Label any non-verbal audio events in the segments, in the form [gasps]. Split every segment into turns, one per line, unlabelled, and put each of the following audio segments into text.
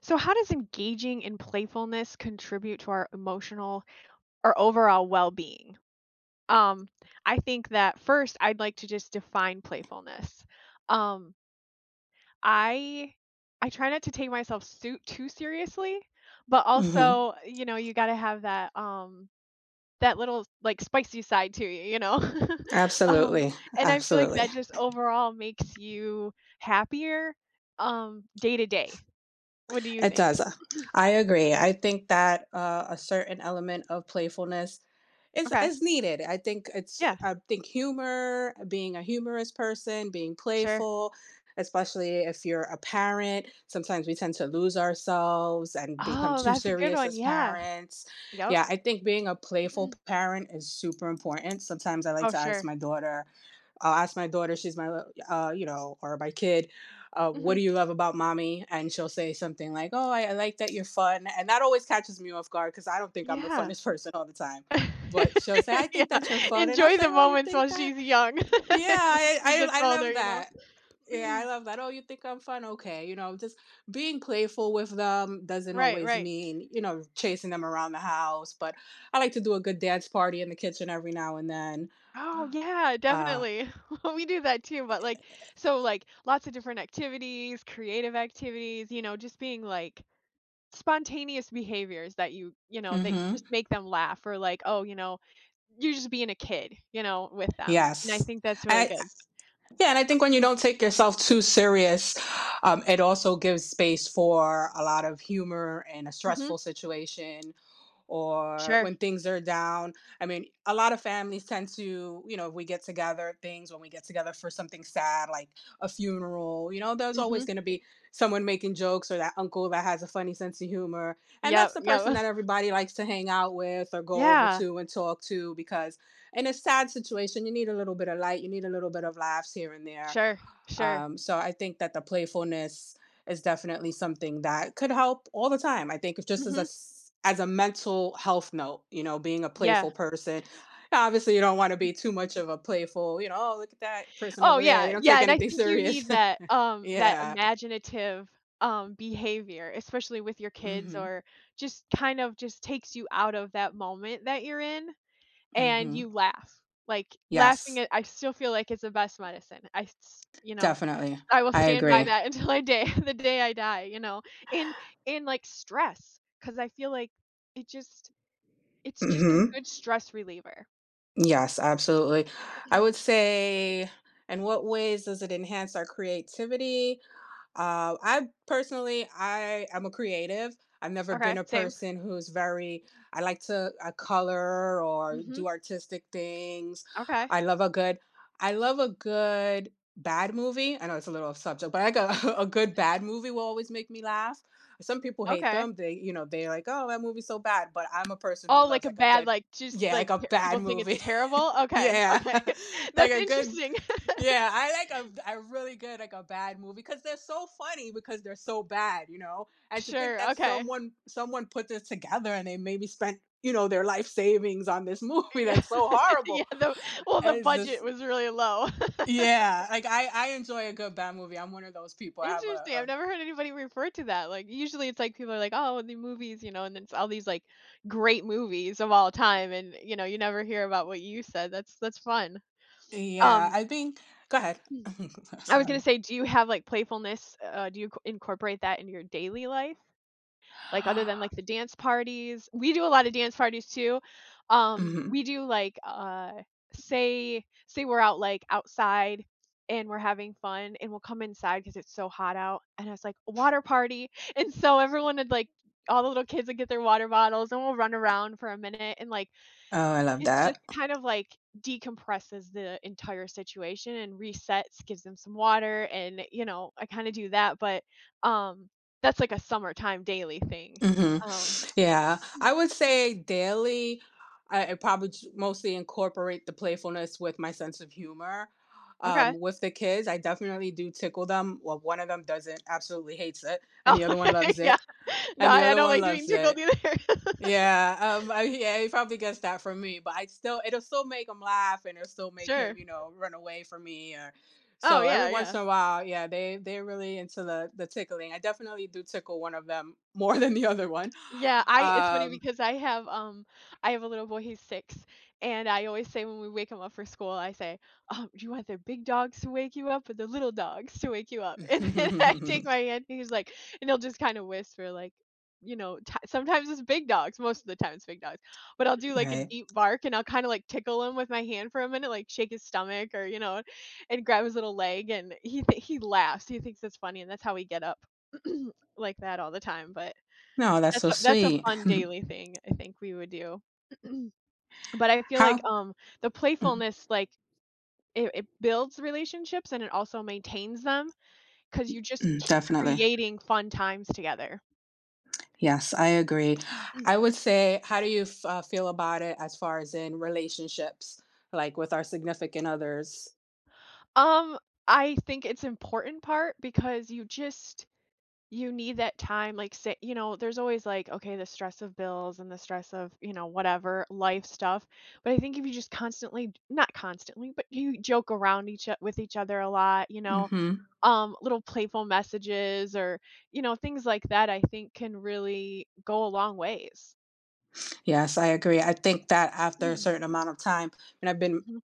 So, how does engaging in playfulness contribute to our emotional or overall well being? Um, I think that first, I'd like to just define playfulness. Um, I I try not to take myself too seriously, but
Mhm.
also, you know, you got to have that that little like spicy side to you, you know. [laughs] um,
Absolutely.
and I feel like
Absolutely.
that just overall makes you happier day to day. What do you
It
think?
does. I agree. I think that a certain element of playfulness is
Okay,
is needed.
yeah,
I think humor, being a humorous person, being
sure.
playful, especially if you're a parent, sometimes we tend to lose ourselves and become
Oh,
too
that's a good
serious
one,
as
yeah.
parents.
Yep.
Yeah, I think being a playful
Mhm.
parent is super important. Sometimes I like
Oh,
to ask
sure.
my daughter, I'll ask my daughter, she's my, you know, or my kid, what
Mhm.
do you love about mommy? And she'll say something like, oh, I like that you're fun. And that always catches me off guard because I don't think I'm the
Yeah.
funnest [laughs] person all the time. But she'll say, I
[laughs] Yeah,
think that you're fun. And I'll
enjoy
say,
the
oh, you
moments
think
while
that?
she's young.
Yeah,
[laughs] When
I,
she
I,
gets
I
older,
love
you know?
that. Yeah, I
Mhm.
love that. Oh, you think I'm fun? Okay. You know, just being playful with them doesn't
Right,
always
right.
mean, you know, chasing them around the house. But I like to do a good dance party in the kitchen every now and then.
Oh, yeah,
Uh,
definitely. [laughs] Well, we do that too, but, like so, like, lots of different activities, creative activities, you know, just being, like, spontaneous behaviors that you know, that
mhm.
just make them laugh or, like, oh, you know, you're just being a kid, you know, with them, and I
Yes.
think that's really
And
good.
yeah, and I think when you don't
[clears throat]
take yourself too serious, it also gives space for a lot of humor in a
Mhm.
stressful situation or
Sure.
when things are down. I mean, a lot of families tend to, you know, if we get together, things when we get together for something sad, like a funeral, you know, there's always
Mhm.
going to be someone making jokes or that uncle that has a funny sense of humor. And that's
Yep,
the person
yep.
that
[laughs]
everybody likes to hang out with or go over
Yeah.
to and talk to because in a sad situation, you need a little bit of light, you need a little bit of laughs here and there
Sure, sure.
um, So I think that the playfulness is definitely something that could help all the time. I think it's just as
Mhm.
a as a mental health note, you know, being a
Yeah.
playful person. Obviously, you don't want to be too much of a playful, you know, oh, look at that person
Oh,
over there. They
yeah,
don't
yeah,
take
and I
anything
think you
serious.
need that,
[laughs]
that
Yeah.
imaginative, behavior, especially with your kids
Mm-hmm.
or just kind of just takes you out of that moment that you're in and
Mm-hmm.
you laugh. Like, laughing
Yes,
at I still feel like it's the best medicine. I s you know,
definitely.
I will
I
stand by
agree.
that [laughs] until I day the day I die, you know, and like, stress, because I feel like it just it's just a
Mm-hmm.
good stress reliever.
Yes, absolutely. I would
[clears throat]
say, in what ways does it enhance our creativity? I personally, I am a creative. I've never been
Okay,
a
same.
person who's very, I like to color or
Mhm.
do artistic things.
Okay,
I love a good, I love a good bad movie. I know it's a little off subject, but like a, [laughs] a good bad movie will always make me laugh. Some people hate
okay.
them. They, you know, they're like, oh, that movie's so bad. But I'm a person who
Oh,
loves
like a
like a
bad,
good,
like, just,
yeah,
like,
like a
p
bad
people think it's
movie.
terrible?
[laughs]
Okay,
Yeah.
okay. [laughs]
[laughs] Like
That's
a good,
interesting. [laughs]
yeah, I like a really good like a bad movie because they're so funny because they're so bad, you know. And to think
Sure,
that
okay.
someone put this together and they maybe spent you know their life savings on this [laughs] movie
Yeah.
that's so
[laughs]
horrible.
Yeah, the Well, the
It's
budget
just
was really low. [laughs]
yeah, like I enjoy a good bad movie. I'm one of those people. I have
Interesting, I've never heard anybody refer to that, like, usually it's like people are like, "Oh, the movies," you know, and it's all these, like, great movies of all time, and, you know, you never hear about what you said, that's fun.
a yeah.
Um
I think go ahead. [laughs]
I was gonna
Sorry.
say, do you have, like, playfulness? Do you c incorporate that in your daily life? Like, other than,
[gasps]
like,
[sighs]
the dance parties? We do a lot of dance parties too. We
Mhm.
do, like, say we're out, like, outside and we're having fun and we'll come inside because it's so hot out, and it's like, a "Water party," and so everyone would, like all the little kids would get their water bottles and we'll run around for a minute and, like,
Oh, I love
it's
that.
just kind of like decompresses the entire situation and resets, gives them some water, and, you know, I kinda do that, but, um, that's like a summertime daily thing.
Hmm.
Um
Yeah, I would say daily, I probably mostly incorporate the playfulness with my sense of humor.
okay. [laughs]
With the kids, I definitely do tickle them. Well, one of them doesn't, absolutely hates it, and the
Oh,
other one loves
[laughs] yeah.
it,
No,
and the
I
other
don't
one
like doing
loves
tickled
it.
either. [laughs]
Yeah, yeah, he probably gets that from me, but I still, it'll still make him laugh, and it'll still make him,
Sure.
you know, run away from me. Or
Oh,
so every
yeah,
once
yeah.
in a while, yeah, they're really into the tickling. I definitely do tickle one of them [laughs] more than the other one.
Yeah,
[laughs]
I it's funny
Um,
because I have a little boy, he's six, and I always say when we wake him up for school, I say, do you want the big dogs to wake you up or the little dogs to wake you up? [laughs] And then I take
[laughs]
my hand, and he's like, and he'll just kind of whisper like, you know, sometimes it's big dogs, most of the time it's big dogs, but I'll do like a
right?
deep bark and I'll kind of like tickle him with my hand for a minute, like shake his stomach or you know, and grab his little leg, and he laughs, he thinks it's funny, and that's how we get up [clears throat] like that all the time, but.
No, that's so
That's a
sweet.
fun daily thing I think we would do. But I
[laughs]
feel like,
How?
the
Mm,
playfulness, like, it builds relationships and it also maintains them because you just keep
Definitely.
creating fun times together.
Yes, I agree. I
[clears throat]
would say, how do you feel about it as far as in relationships, like with our significant others?
Um, I think it's important part because you need that time, like, say you know, there's always, like, okay, the stress of bills and the stress of, you know, whatever, life stuff, but I think if you just constantly not constantly, but you joke around each o with each other a lot, you know,
Hmm.
little playful messages or, you know, things like that, I think can really go a long ways.
Yes, I agree. I think that after a
Mhm,
certain amount of time, and I've been
mhm,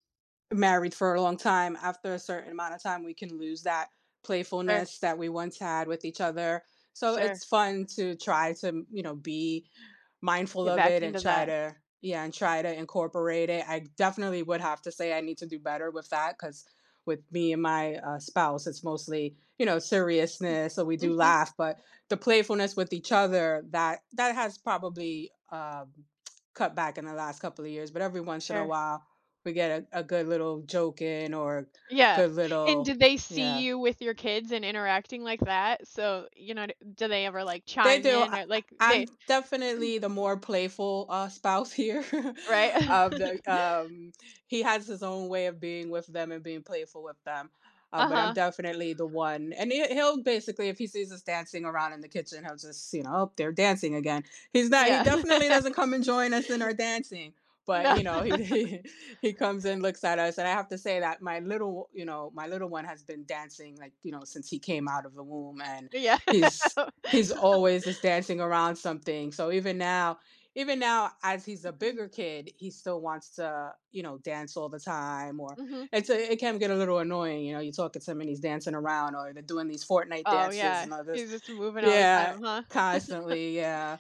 married for a long time, after a certain amount of time, we can lose that
sure,
playfulness that we once had with each other. So
sure.
it's fun to try to, you know, be mindful
Get
of
back
it and
into
try
that.
to, yeah, and try to incorporate it. I definitely would have to say I need to do better with that because with me and my spouse, it's mostly, you know, seriousness. So we do
Mhm,
laugh, but the playfulness with each other that has probably cut back in the last couple of years. But every once in a
sure.
while, we get a good little joke in or
Yeah,
good
and
little
did they see
yeah.
you with your kids and interacting like that? So, you know, d do they ever, like,
They
chime
do.
in or, like,
I'm
they
definitely the more playful spouse here. [laughs]
right?
Of
[laughs]
the, he has his own way of being with them and being playful with them. But I'm
Uh-huh,
definitely the one, and he'll basically, if he sees us dancing around in the kitchen, he'll just, you know, oh, they're dancing again. He's not. He
yeah.
definitely
[laughs]
doesn't come and join us in our dancing. But
No,
you know,
[laughs]
he [laughs] he comes and looks at us, and I have to say that my little, you know, my little one has been dancing like you know since he came out of the womb, and
yeah.
he's he's always just dancing around something. So even now, as he's a bigger
[laughs]
kid, he still wants to, you know, dance all the time. Or
Mhm.
it's a, it can get a little annoying, you know. You talk to him and he's dancing around, or they're doing these Fortnite
Oh,
dances
yeah,
and others.
he's just moving all the
Yeah,
time, huh?
constantly. Yeah,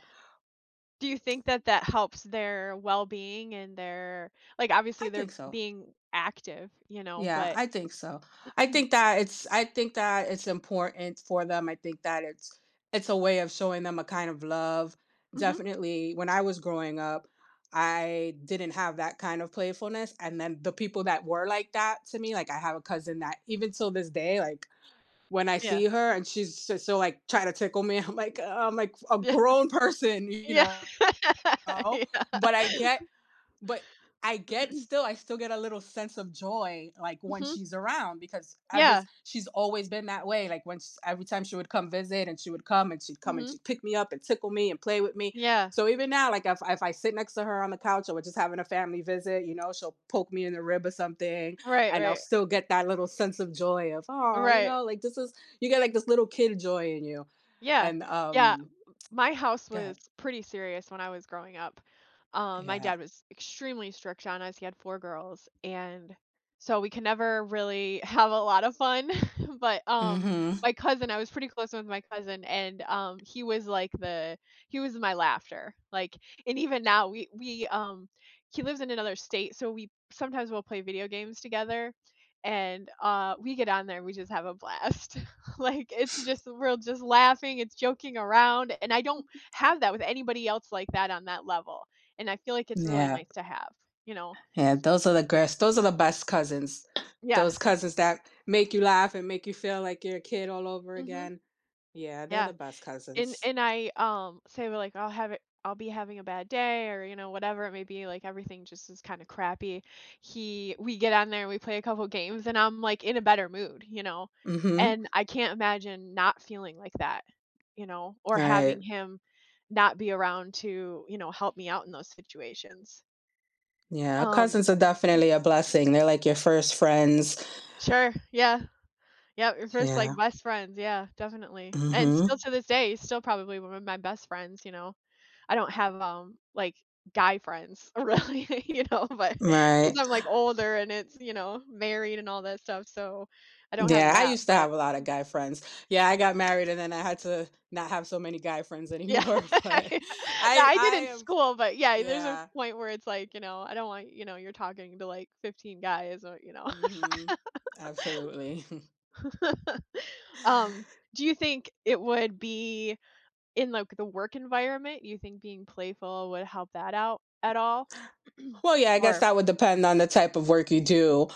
Do you think that that helps their well-being and their like,
I
obviously,
think
they're
so.
being active, you know,
Yeah,
but
I
[clears throat]
think so. I think that it's important for them. I think that it's a way of showing them a kind of love.
mhm.
Definitely, when I was growing up, I didn't have that kind of playfulness. And then the people that were like that to me, like I have a cousin that even till this day, like when I
Yeah.
see her and she's just so like trying to tickle me, [laughs] I'm like a
Yeah. [laughs]
grown person, you
Yeah.
know?
[laughs] Yeah.
But I get but I get still
[clears throat]
I still get a little sense of joy, like, when
Mhm.
she's around because ever s
Yeah.
she's always been that way, like, when s every time she would come visit and she would come and
Mhm.
she'd pick me up and tickle me and play with me.
Yeah.
So even now, like, if I sit next to her on the couch or we're just having a family visit, you know, she'll poke me in the rib or something,
Right,
and I'll
right,
still get that little sense of joy of, oh, you
right.
know, like, this is you get, like, this little kid joy in you.
Yeah.
And,
Yeah.
um,
My house was
good.
pretty serious when I was growing up. My
Yeah.
dad was extremely strict on us. He had four girls, and so we could never really [laughs] have a lot of fun. [laughs] But
Mhm.
my cousin, I was pretty close with my cousin, and he was my laughter. Like, and even now we he lives in another state, so we sometimes we'll play video games together, and we get on there and we just have a blast. [laughs] Like, it's just we're just laughing, it's joking around, and I don't have that with anybody else like that on that level, and I feel like it's really
Yeah.
nice to have, you know?
Yeah, those are the girls. Those are the best cousins.
Yeah.
Those cousins that make you laugh and make you feel like you're a kid all over
Mhm.
again. Yeah, they're the
Yeah.
best
And
cousins.
and I, say, well, like, I'll have it I'll be having a bad day or, you know, whatever it may be, like, everything just is kinda crappy. He We get on there and we play a couple games, and I'm, like, in a better mood, you know?
Mhm.
And I can't imagine not feeling like that, you know, or
Right.
having him not be around to, you know, help me out in those situations.
Yeah,
Um
cousins are definitely a blessing. They're like your first friends.
Sure, yeah. Yep, your first,
Yeah.
like, best friends, yeah, definitely. And still
Mhm.
to this day, he's still probably one of my best friends, you know? I don't have, like, guy friends [laughs] really, [laughs] you know, but 'cause
Right.
I'm, like, older and it's, you know, married and all that stuff, so I don't have
Yeah, I
that,
used to
but
have a lot of guy friends. Yeah, I got married and then I had to not have so many guy friends
yeah.
anymore, [laughs] but
[laughs] No, I
I
did in
am
school, but yeah, there's a
yeah.
point where it's, like, you know, I don't want you know, you're talking to, like, 15 guys or, you know. [laughs]
Mhm. Absolutely. [laughs]
Um, do you think it would be in, like, the work environment? Do you think being playful would help that out at all?
Well, yeah, I guess
Or
that would depend on the type of work you do.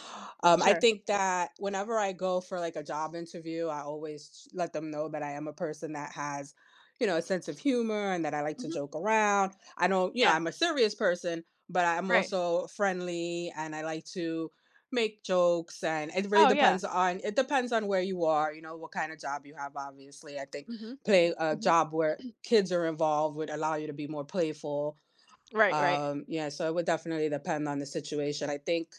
I
sure.
think that whenever I go for like a job interview, I always let them know that I am a person that has, you know, a sense of humor and that I like to
Mhm.
joke around. I don't, you know,
Yeah,
I'm a serious person, but I'm
right.
also friendly and I like to make jokes and it really
Oh, yeah.
depends on it depends on where you are, you know, what kind of job you have obviously. I think
Mhm,
play a
mhm.
job where kids are involved would allow you to be more playful
Right, right.
yeah, so it would definitely depend on the situation.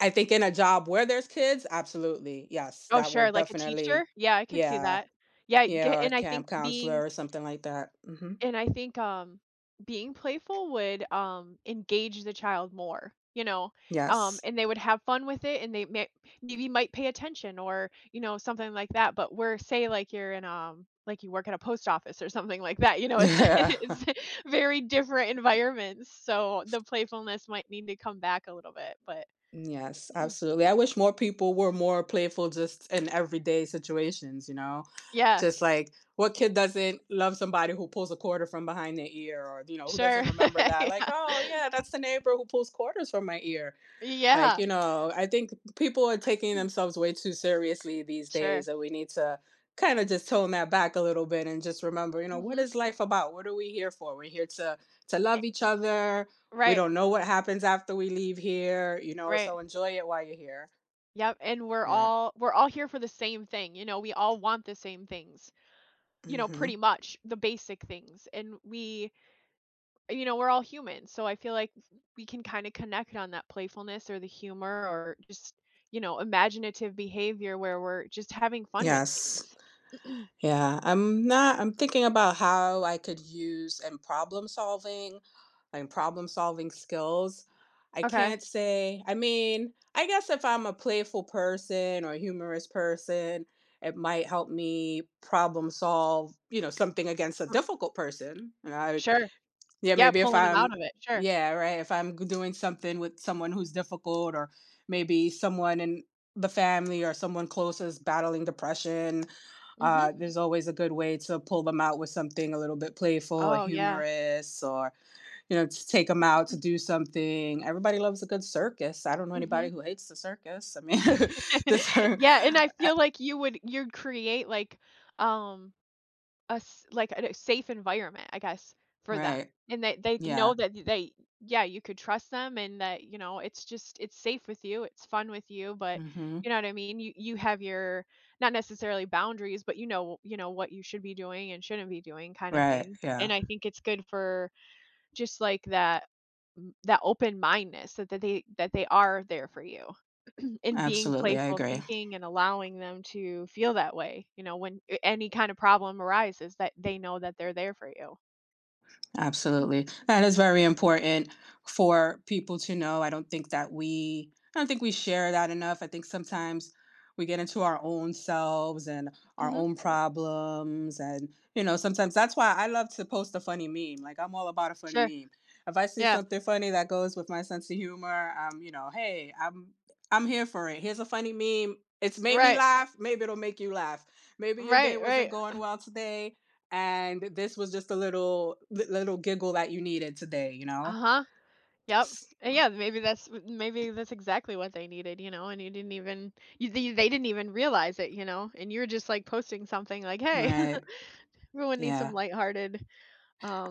I think in a job where there's kids, absolutely. Yes,
Oh,
that
sure,
would
like a
definitely
teacher? Yeah, I could see
yeah.
that. Yeah,
Yeah,
get
or a
and I think
camp
being
counselor or something like that. Hmm.
and I think, being playful would, engage the child more, you know?
Yes.
And they would have fun with it, and they may maybe might pay attention or, you know, something like that, but we're say, like, you're in, like, you work at a post office or something like that, you
[laughs]
know, it's [laughs]
Yeah.
it's very different environments, so the playfulness might need to come back a little bit, but
Yes, absolutely. I wish more people were more playful just in everyday situations, you know?
yeah,
Just like what kid doesn't love somebody who pulls a quarter from behind their ear or, you know, who
sure.
doesn't remember
[laughs]
that? Like,
Yeah.
oh, yeah, that's the neighbor who pulls quarters from my ear. Like,
Yeah.
you know, I think people are taking
[clears throat]
themselves way too seriously these
Sure.
days, and we need to kind of just tone that back a little bit and just remember, you know, what
Mhm.
is life about? What are we here for? We're here to
Eh
love each other. We
right,
don't know what happens after we leave here, you know,
right.
so enjoy it while you're here.
Yep, and
Yeah.
we're all here for the same thing, you know, we all want the same things, you know,
Hmm.
pretty much the basic things, and we you know, we're all human, so I feel like we can kinda connect on that playfulness or the humor or just, you know, imaginative behavior where we're just having fun with
Yes.
things. [clears throat]
Yeah, I'm not, I'm thinking about how I could use and problem solving skills. I
Okay.
can't say, I mean, I guess if I'm a playful person or a humorous person, it might help me problem solve, you know, something against a
R
difficult person. And I
Sure.
yeah,
Yeah,
maybe if
pulling them out
I'm
of it, sure.
yeah, right, if I'm g doing something with someone who's difficult or maybe someone in the family or someone close is battling depression,
Mhm.
there's always a good way to pull them out with something a little bit playful or
Oh, yeah.
humorous or, you know, to take them out to do something. Everybody loves a good circus. I don't know
Mhm.
anybody who hates the circus. I mean, [laughs] the
[laughs]
cir
Yeah, and I
uh
feel like you'd create like, um, a s like a safe environment, I guess, for them,
right.
and they
Yeah.
know that they yeah, you could trust them and that, you know, it's just it's safe with you, it's fun with you, but you
Mhm.
know what I mean? You have your not necessarily boundaries, but you know what you should be doing and shouldn't be doing kind of
Right,
thing,
yeah.
and I think it's good for just like that that open-mindedness that that they are there for you, [clears throat] and being
Absolutely, I
playful
agree.
thinking and allowing them to feel that way, you know, when a any kind of problem arises that they know that they're there for you.
Absolutely. That is very important for people to know. I don't think we share that enough. I think sometimes we get into our own selves and our
Mhm.
own problems and you know, sometimes that's why I love to post a funny meme. Like I'm all about a funny
Sure.
meme. If I see
Yeah.
something funny that goes with my sense of humor, you know, hey, I'm here for it. Here's a funny meme. It's made me
Right.
laugh. Maybe it'll make you laugh. Maybe your day
Right,
wasn't
right.
going well today and this was just a little giggle that you needed today you know
Uh-huh. Yep. And yeah, maybe that's exactly what they needed, you know, and you didn't even you they didn't even realize it, you know, and you're just, like, posting something like, "Hey, [laughs]
right
everyone needs
yeah.
some lighthearted,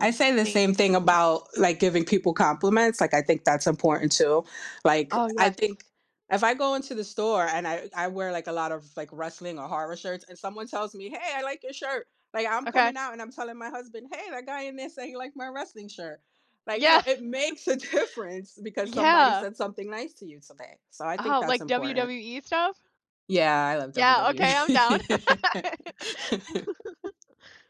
I say the
thing."
same thing about like giving people compliments. Like I think that's important too. Like
Oh,
I
yes.
think if I go into the store and I wear like a lot of like wrestling or horror shirts and someone tells me hey I like your shirt. Like I'm
Okay.
coming out and I'm telling my husband hey that guy in there said he liked my wrestling shirt like you know
Yeah. [laughs]
it makes a [laughs] difference because somebody
Yeah.
said something nice to you today so I think
Oh,
that's
like
important.
WWE stuff?
Yeah, I love
Yeah, okay, I'm down.
WWE.
[laughs]
[laughs]